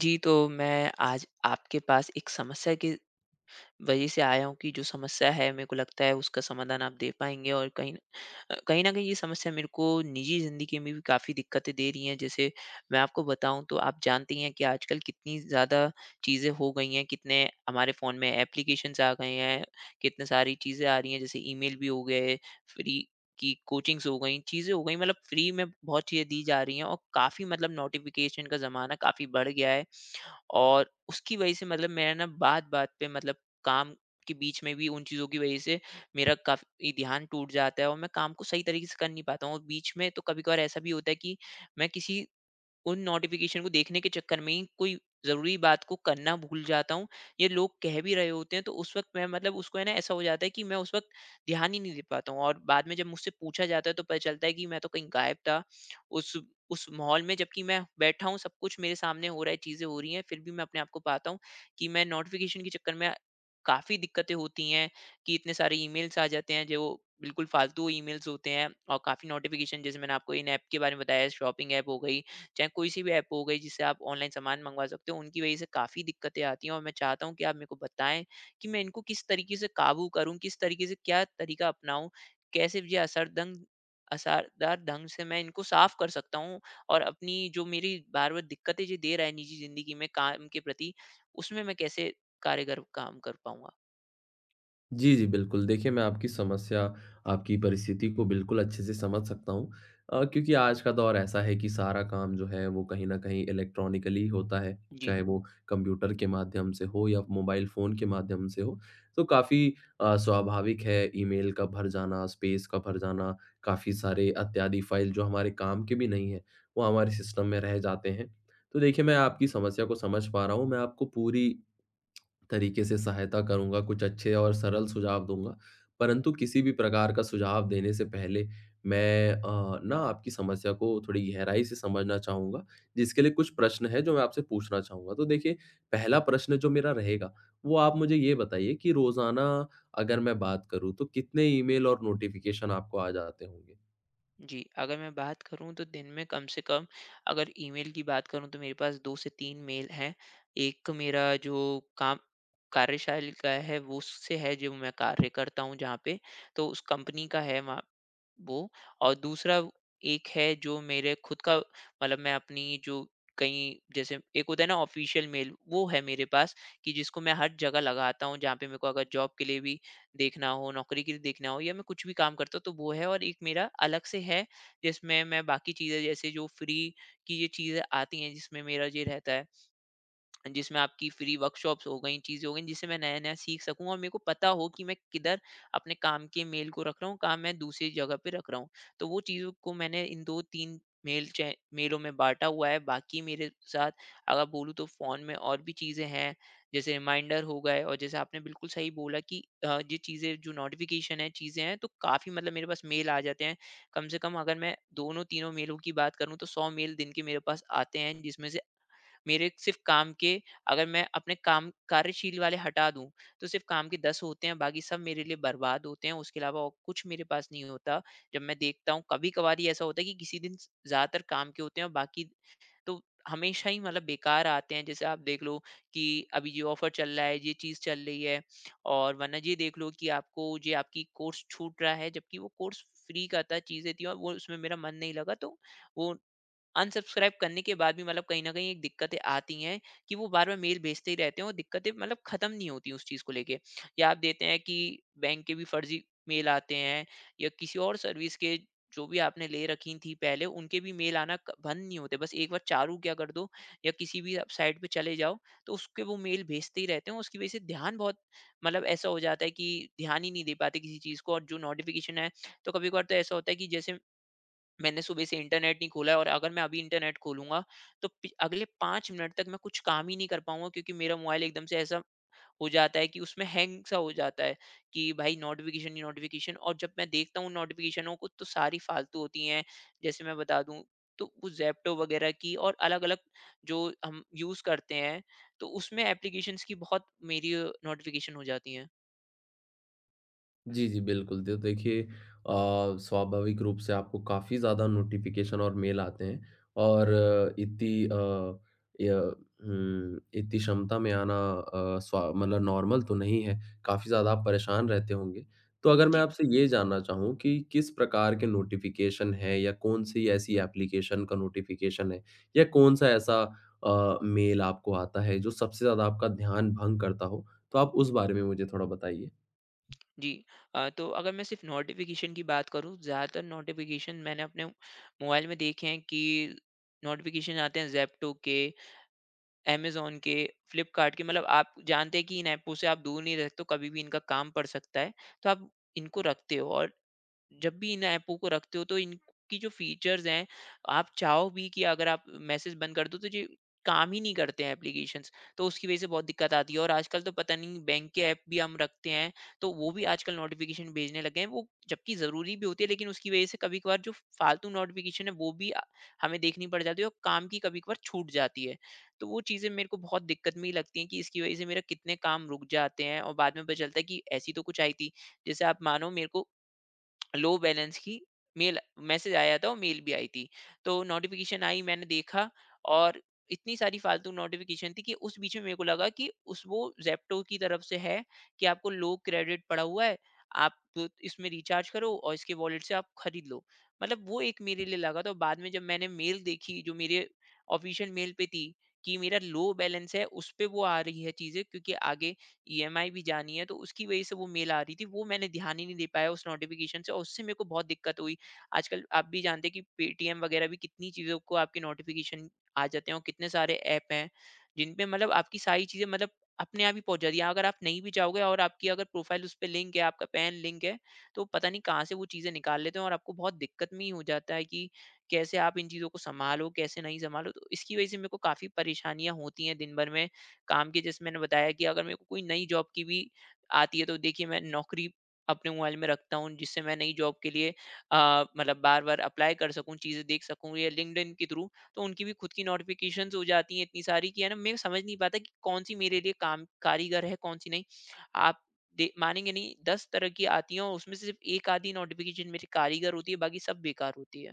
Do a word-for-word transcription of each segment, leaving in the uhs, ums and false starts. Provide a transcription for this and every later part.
जी, तो मैं आज आपके पास एक समस्या की वजह से आया हूँ कि जो समस्या है मेरे को लगता है उसका समाधान आप दे पाएँगे, और कहीं न अ, कहीं न कहीं ये समस्या मेरे को निजी ज़िंदगी में भी काफ़ी दिक्कतें दे रही हैं। जैसे मैं आपको बताऊँ तो आप जानते ही हैं कि आजकल कितनी ज़्यादा चीज़ें हो गई हैं, कितने हमारे फ़ोन में एप्लीकेशंस आ गए हैं, कितने सारी चीज़ें आ रही हैं, जैसे ईमेल भी हो गए, फ्री की कोचिंग्स हो गई, चीज़ें हो गई, मतलब फ्री में बहुत चीज़ें दी जा रही हैं, और काफ़ी मतलब नोटिफ़िकेशन का ज़माना काफ़ी बढ़ गया है। और उसकी वजह से मतलब मेरा ना बात-बात पे मतलब काम के बीच में भी उन चीज़ों की वजह से मेरा काफ़ी ध्यान टूट जाता है, और मैं काम को सही तरीके से कर नहीं पाता हूँ, और बीच में तो कभी-कभार ऐसा भी होता है कि मैं किसी उन नोटिफिकेशन को देखने के चक्कर में ही कोई ज़रूरी बात को करना भूल जाता हूँ। ये लोग कह भी रहे होते हैं तो उस वक़्त मैं मतलब उसको है ना ऐसा हो जाता है कि मैं उस वक़्त ध्यान ही नहीं दे पाता हूँ, और बाद में जब मुझसे पूछा जाता है तो पता चलता है कि मैं तो कहीं गायब था। उस उस माहौल में जबकि मैं बैठा हूँ, सब कुछ मेरे सामने हो रहा है, चीज़ें हो रही हैं, फिर भी मैं अपने आप को पाता हूँ कि मैं नोटिफिकेशन के चक्कर में काफ़ी दिक्कतें होती हैं, कि इतने सारे ईमेल्स आ जाते हैं जो बिल्कुल फ़ालतू ईमेल्स होते हैं, और काफ़ी नोटिफिकेशन, जैसे मैंने आपको इन ऐप के बारे में बताया, शॉपिंग ऐप हो गई, चाहे कोई सी भी ऐप हो गई जिससे आप ऑनलाइन सामान मंगवा सकते हो, उनकी वज़ह से काफ़ी दिक्कतें आती हैं। और मैं चाहता हूँ कि आप मेरे को बताएँ कि मैं इनको किस तरीके से काबू करूँ, किस तरीके से क्या तरीका अपनाऊँ? कैसे ये असरदंग असरदार ढंग से मैं इनको साफ़ कर सकता हूँ, और अपनी जो मेरी बार-बार दिक्कतें जो दे रहा है निजी ज़िंदगी में काम के प्रति, उसमें मैं कैसे कारगर काम कर पाऊँगा? जी, जी, बिल्कुल। देखिए, मैं आपकी समस्या, आपकी परिस्थिति को बिल्कुल अच्छे से समझ सकता हूँ अ, क्योंकि आज का दौर ऐसा है कि सारा काम जो है, वो कहीं न कहीं इलेक्ट्रॉनिकली होता है, जी। चाहे वो कंप्यूटर के माध्यम से हो या मोबाइल फ़ोन के माध्यम से हो। तो काफ़ी अ, स्वाभाविक है ईमेल का भर जाना, स्पेस का भर जाना, काफ़ी सारे अत्यादि फ़ाइल जो हमारे काम के भी नहीं हैं, वो हमारे सिस्टम में रह जाते हैं। तो देखिए, मैं आपकी समस्या को समझ पा रहा हूँ, मैं आपको पूरी तरीके से सहायता करूँगा, कुछ अच्छे और सरल सुझाव दूँगा। परंतु किसी भी प्रकार का सुझाव देने से पहले मैं अ, ना आपकी समस्या को थोड़ी गहराई से समझना चाहूँगा, जिसके लिए कुछ प्रश्न हैं जो मैं आपसे पूछना चाहूँगा। तो देखिए, पहला प्रश्न जो मेरा रहेगा, वो आप मुझे ये बताइए कि रोज़ाना अगर मैं बात करूँ, तो कितने ईमेल और नोटिफ़िकेशन आपको आ जाते होंगे? जी, अगर मैं बात करूँ तो दिन में कम से कम, अगर ईमेल की बात करूँ तो मेरे पास दो से तीन मेल हैं। एक मेरा जो काम कार्यशैली का है वो उससे है जो मैं कार्य करता हूँ जहाँ पे, तो उस कंपनी का है वहाँ वो। और दूसरा एक है जो मेरे खुद का, मतलब मैं अपनी जो कहीं जैसे एक होता है ना ऑफ़िशियल मेल, वो है मेरे पास, कि जिसको मैं हर जगह लगाता हूँ जहाँ पे मेरे को अगर जॉब के लिए भी देखना हो, नौकरी के लिए देखना हो, या मैं कुछ भी काम करता हूँ तो वो है। और एक मेरा अलग से है जिसमें मैं बाकी चीज़ें, जैसे जो फ्री की ये चीज़ें आती हैं जिसमें मेरा ये रहता है, जिसमें आपकी फ्री वर्कशॉप्स हो गई, चीज़ें हो गई, जिससे मैं नया-नया सीख सकूँ और मेरे को पता हो कि मैं किधर अपने काम के मेल को रख रहा हूँ, कहाँ मैं दूसरी जगह पे रख रहा हूँ। तो वो चीज़ों को मैंने इन दो-तीन मेल चै मेलों में बाँटा हुआ है। बाकी मेरे साथ अगर बोलूँ तो फ़ोन में और भी चीज़ें हैं, जैसे रिमाइंडर हो गए, और जैसे आपने बिल्कुल सही बोला कि अ, ये चीज़ें जो नोटिफ़िकेशन है, चीज़ें हैं, तो काफ़ी मतलब मेरे पास मेल आ जाते हैं। कम से कम अगर मैं दोनों तीनों मेलों की बात करूँ तो सौ मेल दिन के मेरे पास आते हैं, जिसमें से मेरे सिर्फ़ काम के, अगर मैं अपने काम कार्यशील वाले हटा दूँ, तो सिर्फ़ काम के दस होते हैं, बाकी सब मेरे लिए बर्बाद होते हैं, उसके अलावा और कुछ मेरे पास नहीं होता। जब मैं देखता हूँ, कभी-कभार ही ऐसा होता है कि किसी दिन स ज़्यादातर काम के होते हैं, और बाकी तो हमेशा ही मतलब बेकार आते हैं। जैसे आप देख लो कि अभी ये ऑफ़र चल रहा है, ये चीज़ चल रही है, और वरना ये देख लो कि आपको ये आपकी कोर्स छूट रहा है, जबकि वो कोर्स फ्री का था, चीज़ें थी और वो उसमें मेरा मन नहीं लगा, तो वो अनसब्सक्राइब करने के बाद भी मतलब कहीं न कहीं एक दिक्कतें आती हैं कि वो बार-बार मेल भेजते ही रहते हैं, और दिक्कतें मतलब ख़त्म नहीं होती उस चीज़ को लेके। या आप देते हैं कि बैंक के भी फ़र्ज़ी मेल आते हैं, या किसी और सर्विस के जो भी आपने ले रखी थी पहले उनके भी मेल आना क बंद नहीं होते। बस एक बार चालू क्या कर दो या किसी भी आप साइट पे चले जाओ, तो उसके वो मेल भेजते ही रहते हैं। उसकी वज़ह से ध्यान बहुत मतलब ऐसा हो जाता है कि ध्यान ही नहीं दे पाते किसी चीज़ को, और जो नोटिफ़िकेशन है तो कभी-कभार तो ऐसा होता है कि जैसे मैंने सुबह से इंटरनेट नहीं खोला है, और अगर मैं अभी इंटरनेट खोलूँगा, तो पि अगले पाँच मिनट तक मैं कुछ काम ही नहीं कर पाऊँगा, क्योंकि मेरा मोबाइल एकदम से ऐसा हो जाता है कि उसमें हैंग सा हो जाता है कि भाई नोटिफ़िकेशन ही नोटिफ़िकेशन, और जब मैं देखता हूँ नोटिफ़िकेशनों को तो सारी फालतू होती हैं। जैसे मैं बता दूँ तो वो ज़ेप्टो वगैरह की और अलग-अलग जो हम यूज़ करते हैं, तो उसमें एप्लीकेशंस की बहुत मेरी नोटिफ़िकेशन हो जाती हैं। जी, जी, बिल्कुल। तो देखिए अ, स्वाभाविक रूप से आपको काफ़ी ज़्यादा नोटिफ़िकेशन और मेल आते हैं और अ, इतनी अ, य हुँ, इतनी क्षमता में आना अ, स्वा मतलब नॉर्मल तो नहीं है, काफ़ी ज़्यादा आप परेशान रहते होंगे। तो अगर मैं जी। आपसे ये जानना चाहूँ कि किस प्रकार के नोटिफ़िकेशन है या कौन-सी ऐसी एप्लीकेशन का नोटिफ़िकेशन है या कौन-सा ऐसा अ, मेल आपको आता है जो सबसे ज़्यादा आपका ध्यान भंग करता हो? तो आप उस बारे में मुझे थोड़ा बताइए। जी अ, तो अगर मैं सिर्फ नोटिफिकेशन की बात करूँ, ज़्यादातर नोटिफिकेशन मैंने अपने मोबाइल में देखे हैं कि नोटिफिकेशन आते हैं जेप्टो के, अमेज़न के, फ्लिपकार्ट के, मतलब आप जानते हैं कि इन ऐपों से आप दूर नहीं रह सकते हो, कभी भी इनका काम पड़ सकता है, तो आप इनको रखते हो। और जब भी इन ऐपों को रखते हो तो इनकी जो फीचर्स हैं, आप चाहो भी कि अगर आप मैसेज बंद कर दो तो ये काम ही नहीं करते हैं एप्लीकेशंस, तो उसकी वजह से बहुत दिक्कत आती है। और आजकल तो पता नहीं बैंक के ऐप भी हम रखते हैं, तो वो भी आजकल नोटिफिकेशन भेजने लगे हैं, वो जबकि ज़रूरी भी होती है, लेकिन उसकी वजह से कभी कभार जो फालतू नोटिफिकेशन है वो भी आ- हमें देखनी पड़ जाती है, और काम की कभी कभार छूट जाती है। तो वो चीज़ें मेरे को बहुत दिक्कत में ही लगती हैं कि इसकी वजह से मेरा कितने काम रुक जाते हैं, और बाद में पता चलता है कि ऐसी तो कुछ आई थी। जैसे आप मानो मेरे को लो बैलेंस की मेल, मैसेज आया था और मेल भी आई थी। तो नोटिफ़िकेशन आई, मैंने देखा, और इतनी सारी फालतू नोटिफ़िकेशन थी कि उस बीच में मेरे को लगा कि उस वो ज़ेप्टो की तरफ से है कि आपको लो क्रेडिट पड़ा हुआ है, आप तो इसमें रिचार्ज करो और इसके वॉलेट से आप खरीद लो। मतलब वो एक मेरे लिए लगा, तो बाद में जब मैंने मेल देखी जो मेरे ऑफ़िशियल मेल पे थी कि मेरा लो बैलेंस है, उस पे वो आ रही है चीज़ें, क्योंकि आगे ईएमआई भी जानी है, तो उसकी वज़ह से वो मेल आ रही थी, वो मैंने ध्यान ही नहीं दे पाया उस नोटिफ़िकेशन से और उससे मेरे को बहुत दिक्कत हुई। आजकल आप भी जानते हैं कि पेटीएम वग़ैरह भी कितनी चीज़ों को आपके नोटिफ़िकेशन आ जाते हैं, और कितने सारे ऐप हैं, जिन पे मतलब आपकी सारी चीज़ें मतलब अपने आप ही पहुँच जाती है। अगर आप नहीं भी चाहोगे और आपकी अगर प्रोफ़ाइल उस पे लिंक है, आपका पैन लिंक है, तो पता नहीं कहाँ से वो चीज़ें निकाल लेते हैं, और आपको बहुत दिक्कत में ही हो जाता है कि कैसे आप इन चीज़ों को सँभालो, कैसे नहीं सँभालो। तो इसकी वज़ह से मेरे को काफ़ी परेशानियाँ होती हैं दिन भर में, काम की, जैसे मैंने बताया कि अगर मेरे को कोई नई जॉब की भी आती है, तो देखिए मैं नौकरी अपने मोबाइल में रखता हूँ जिससे मैं नई जॉब के लिए अ, मतलब बार बार अप्लाई कर सकूँ, चीज़ें देख सकूँ, या लिंक्डइन के थ्रू तो उनकी भी खुद की नोटिफिकेशन हो जाती हैं इतनी सारी कि है ना, मैं समझ नहीं पाता कि कौन सी मेरे लिए काम कारीगर है कौन सी नहीं। आप दे- मानेंगे नहीं, दस तरह की आती हैं और उसमें से सिर्फ एक आधी नोटिफिकेशन मेरी कारीगर होती है, बाकी सब बेकार होती है।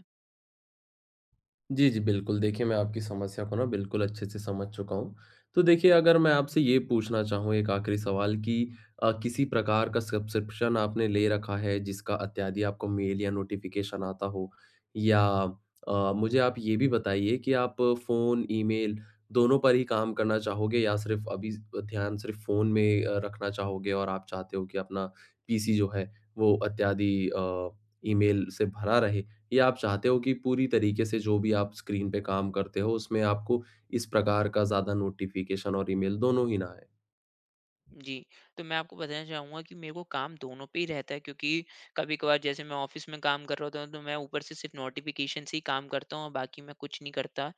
जी, जी, बिल्कुल। देखिए, मैं आपकी समस्या को ना बिल्कुल अच्छे से समझ चुका हूँ। तो देखिए, अगर मैं आपसे ये पूछना चाहूँ एक आखिरी सवाल कि अ, किसी प्रकार का सब्सक्रिप्शन आपने ले रखा है जिसका अत्यादि आपको मेल या नोटिफ़िकेशन आता हो? या अ, मुझे आप ये भी बताइए कि आप फ़ोन, ईमेल दोनों पर ही काम करना चाहोगे या सिर्फ़ अभी ध्यान सिर्फ़ फ़ोन में अ, रखना चाहोगे और आप चाहते हो कि अपना पीसी जो है वो अत्यादि अ, ईमेल से भरा रहे? या आप चाहते हो कि पूरी तरीके से जो भी आप स्क्रीन पे काम करते हो, उसमें आपको इस प्रकार का ज़्यादा नोटिफ़िकेशन और ईमेल दोनों ही ना आए? जी, तो मैं आपको बताना चाहूँगा कि मेरे को काम दोनों पे ही रहता है, क्योंकि कभी-कभार जैसे मैं ऑफ़िस में काम कर रहा होता हूँ, तो मैं ऊपर से सिर्फ़ नोटिफ़िकेशन से ही काम करता हूँ और बाकी मैं कुछ नहीं करता।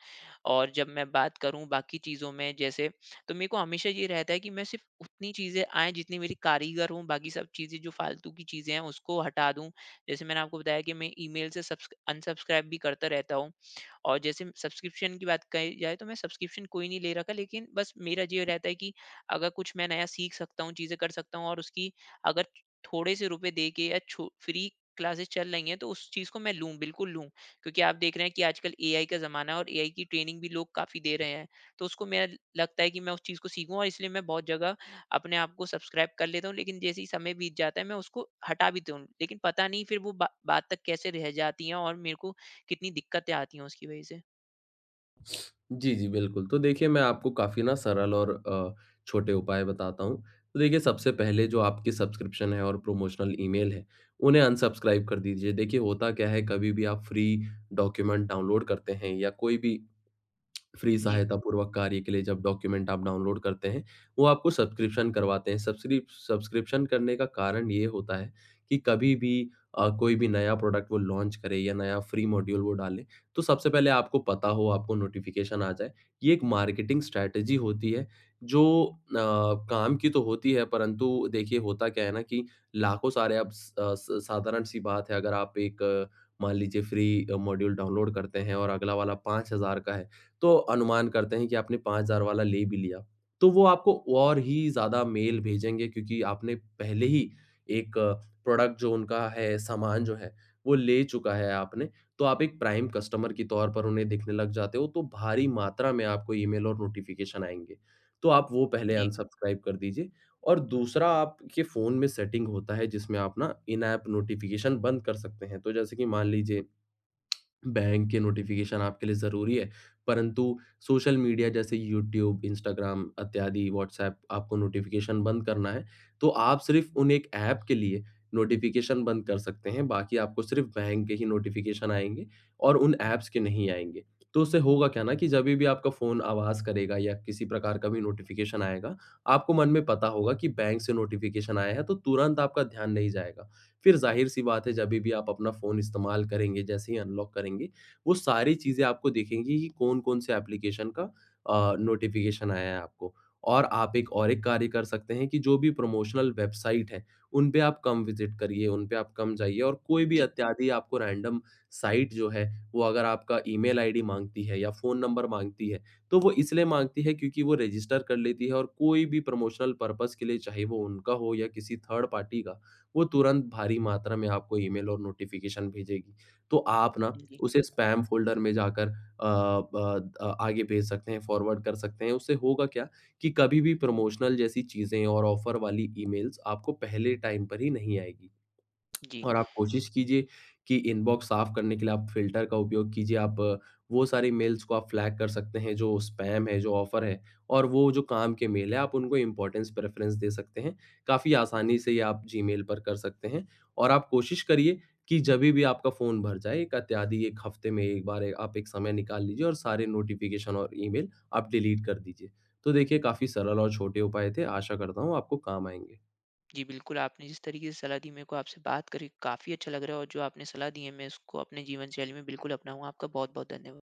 और जब मैं बात करूँ बाकी चीज़ों में, जैसे, तो मेरे को हमेशा ये रहता है कि मैं सिर्फ़ उतनी चीज़ें आएँ जितनी मेरी कारीगर हों, बाकी सब चीज़ें जो फ़ालतू की चीज़ें हैं उसको हटा दूँ। जैसे मैंने आपको बताया कि मैं ईमेल से सब्स अनसब्सक्राइब भी करता रहता हूँ। और जैसे सब्सक्रिप्शन की बात कही जाए तो मैं सब्सक्रिप्शन कोई नहीं ले रखा, लेकिन बस मेरा ये रहता है कि अगर कुछ मैं नया सीख सकता हूँ, चीज़ें कर सकता हूँ, और उसकी अगर थोड़े से रुपए दे के या छो फ्री क्लासेस चल रही हैं तो उस चीज़ को मैं लूँ, बिल्कुल लूँ। क्योंकि आप देख रहे हैं कि आजकल एआई का ज़माना है, और एआई की ट्रेनिंग भी लोग काफ़ी दे रहे हैं। तो उसको मेरा लगता है कि मैं उस चीज़ को सीखूँ, और इसलिए मैं बहुत जगह अपने आप को सब्सक्राइब कर लेता हूँ, लेकिन जैसे ही समय बीत जाता है मैं उसको हटा भी दूँ। लेकिन पता नहीं फिर वो बा बात तक कैसे रह जाती है और मेरे को कितनी दिक्कतें आती हैं उसकी वजह से। जी, जी, बिल्कुल। तो देखिए मैं आपको काफ़ी ना सरल और अ, छोटे उपाय बताता हूँ। तो देखिए सबसे पहले जो आपकी सब्सक्रिप्शन है और प्रोमोशनल ईमेल है, उन्हें अनसब्सक्राइब कर दीजिए। देखिए होता क्या है, कभी भी आप फ्री डॉक्यूमेंट डाउनलोड करते हैं या कोई भी फ्री जी, सहायता पूर्वक कार्य के लिए जब डॉक्यूमेंट आप डाउनलोड करते हैं, वो आपको सब्सक्रिप्शन करवाते हैं। सब्सक्रिप सब्सक्रिप्शन करने का कारण ये होता है कि कभी भी अ, कोई भी नया प्रोडक्ट वो लॉन्च करे या नया फ्री मॉड्यूल वो डाले, तो सबसे पहले आपको पता हो, आपको नोटिफ़िकेशन आ जाए। ये एक मार्केटिंग स्ट्रैटेजी होती है, जो अ, काम की तो होती है, परंतु देखिए होता क्या है ना कि लाखों सारे अब स अ, स साधारण-सी बात है, अगर आप एक अ, मान लीजिए फ्री अ, मॉड्यूल डाउनलोड करते हैं और अगला वाला पाँच हज़ार का है तो अनुमान करते हैं कि आपने पाँच हज़ार वाला ले भी लिया, तो वो आपको और ही ज़्यादा मेल भेजेंगे क्योंकि आपने पहले ही एक प्रोडक्ट जो उनका है, सामान जो है, वो ले चुका है आपने, तो आप एक प्राइम कस्टमर के तौर पर उन्हें दिखने लग जाते हो, तो भारी मात्रा में आपको ईमेल और नोटिफ़िकेशन आएँगे। तो आप वो पहले जी, अनसब्सक्राइब कर दीजिए और दूसरा आपके फ़ोन में सेटिंग होता है जिसमें आप ना इन ऐप नोटिफ़िकेशन बंद कर सकते हैं। तो जैसे कि मान लीजिए बैंक के नोटिफ़िकेशन आपके लिए ज़रूरी है, परंतु सोशल मीडिया जैसे यूट्यूब, इंस्टाग्राम इत्यादि, व्हाट्सऐप आपको नोटिफ़िकेशन बंद करना है, तो आप सिर्फ़ उन एक ऐप के लिए नोटिफ़िकेशन बंद कर सकते हैं, बाकी आपको सिर्फ़ बैंक के ही नोटिफ़िकेशन आएँगे और उन ऐप्स के नहीं आएँगे। तो उससे होगा क्या ना कि जभी भी आपका फ़ोन आवाज़ करेगा या किसी प्रकार का भी नोटिफ़िकेशन आएगा, आपको मन में पता होगा कि बैंक से नोटिफ़िकेशन आया है, तो तुरंत आपका ध्यान नहीं जाएगा। फिर ज़ाहिर-सी बात है जभी भी आप अपना फ़ोन इस्तेमाल करेंगे, जैसे ही अनलॉक करेंगे, वो सारी चीज़ें आपको दिखेंगी कि कौन-कौन से एप्लीकेशन का अ, नोटिफ़िकेशन आया है आपको। और आप एक और एक कार्य कर सकते हैं कि जो भी प्रमोशनल वेबसाइट हैं, उन पे आप कम विज़िट करिए, उन पे आप कम जाइए और कोई भी जी, अत्यादि आपको रैंडम साइट जो है, वो अगर आपका ईमेल आईडी माँगती है या फ़ोन नंबर माँगती है, तो वो इसलिए माँगती है क्योंकि वो रजिस्टर कर लेती है और कोई भी प्रमोशनल पर्पज़ के लिए, चाहे वो उनका हो या किसी थर्ड पार्टी का, वो तुरंत भारी मात्रा में आपको ईमेल और नोटिफ़िकेशन भेजेगी। तो आप ना जी, उसे स्पैम फ़ोल्डर में जाकर अ, ब अ, आगे भेज सकते हैं, फ़ॉरवर्ड कर सकते हैं। उससे होगा क्या कि कभी भी प्रमोशनल जैसी चीज़ें और ऑफ़र वाली ईमेल्स आपको पहले टाइम पर ही नहीं आएगी। जी, और आप कोशिश कीजिए कि इनबॉक्स साफ करने के लिए आप फ़िल्टर का उपयोग कीजिए। आप अ, वो सारी मेल्स को आप फ्लैग कर सकते हैं जो स्पैम है, जो ऑफ़र है और वो जो काम के मेल है आप उनको इम्पोर्टेंस प्रेफ़रेंस दे सकते हैं। काफ़ी आसानी से ये आप जीमेल पर कर सकते हैं और आप कोशिश करिए कि जभी भी आपका फ़ोन भर जाए, एक अत्यादि एक हफ़्ते में एक बार ए- आप एक समय निकाल लीजिए और सारे नोटिफ़िकेशन और ईमेल आप डिलीट कर दीजिए। तो देखिए काफ़ी सरल और छोटे उपाय थे, आशा करता हूँ आपको काम आएँगे। जी, बिल्कुल आपने जिस तरीके से सलाह दी, मेरे को आपसे बात करके काफ़ी अच्छा लग रहा है, और जो आपने सलाह दी है मैं उसको अपने जीवन शैली में बिल्कुल अपनाऊँगा। आपका बहुत-बहुत धन्यवाद।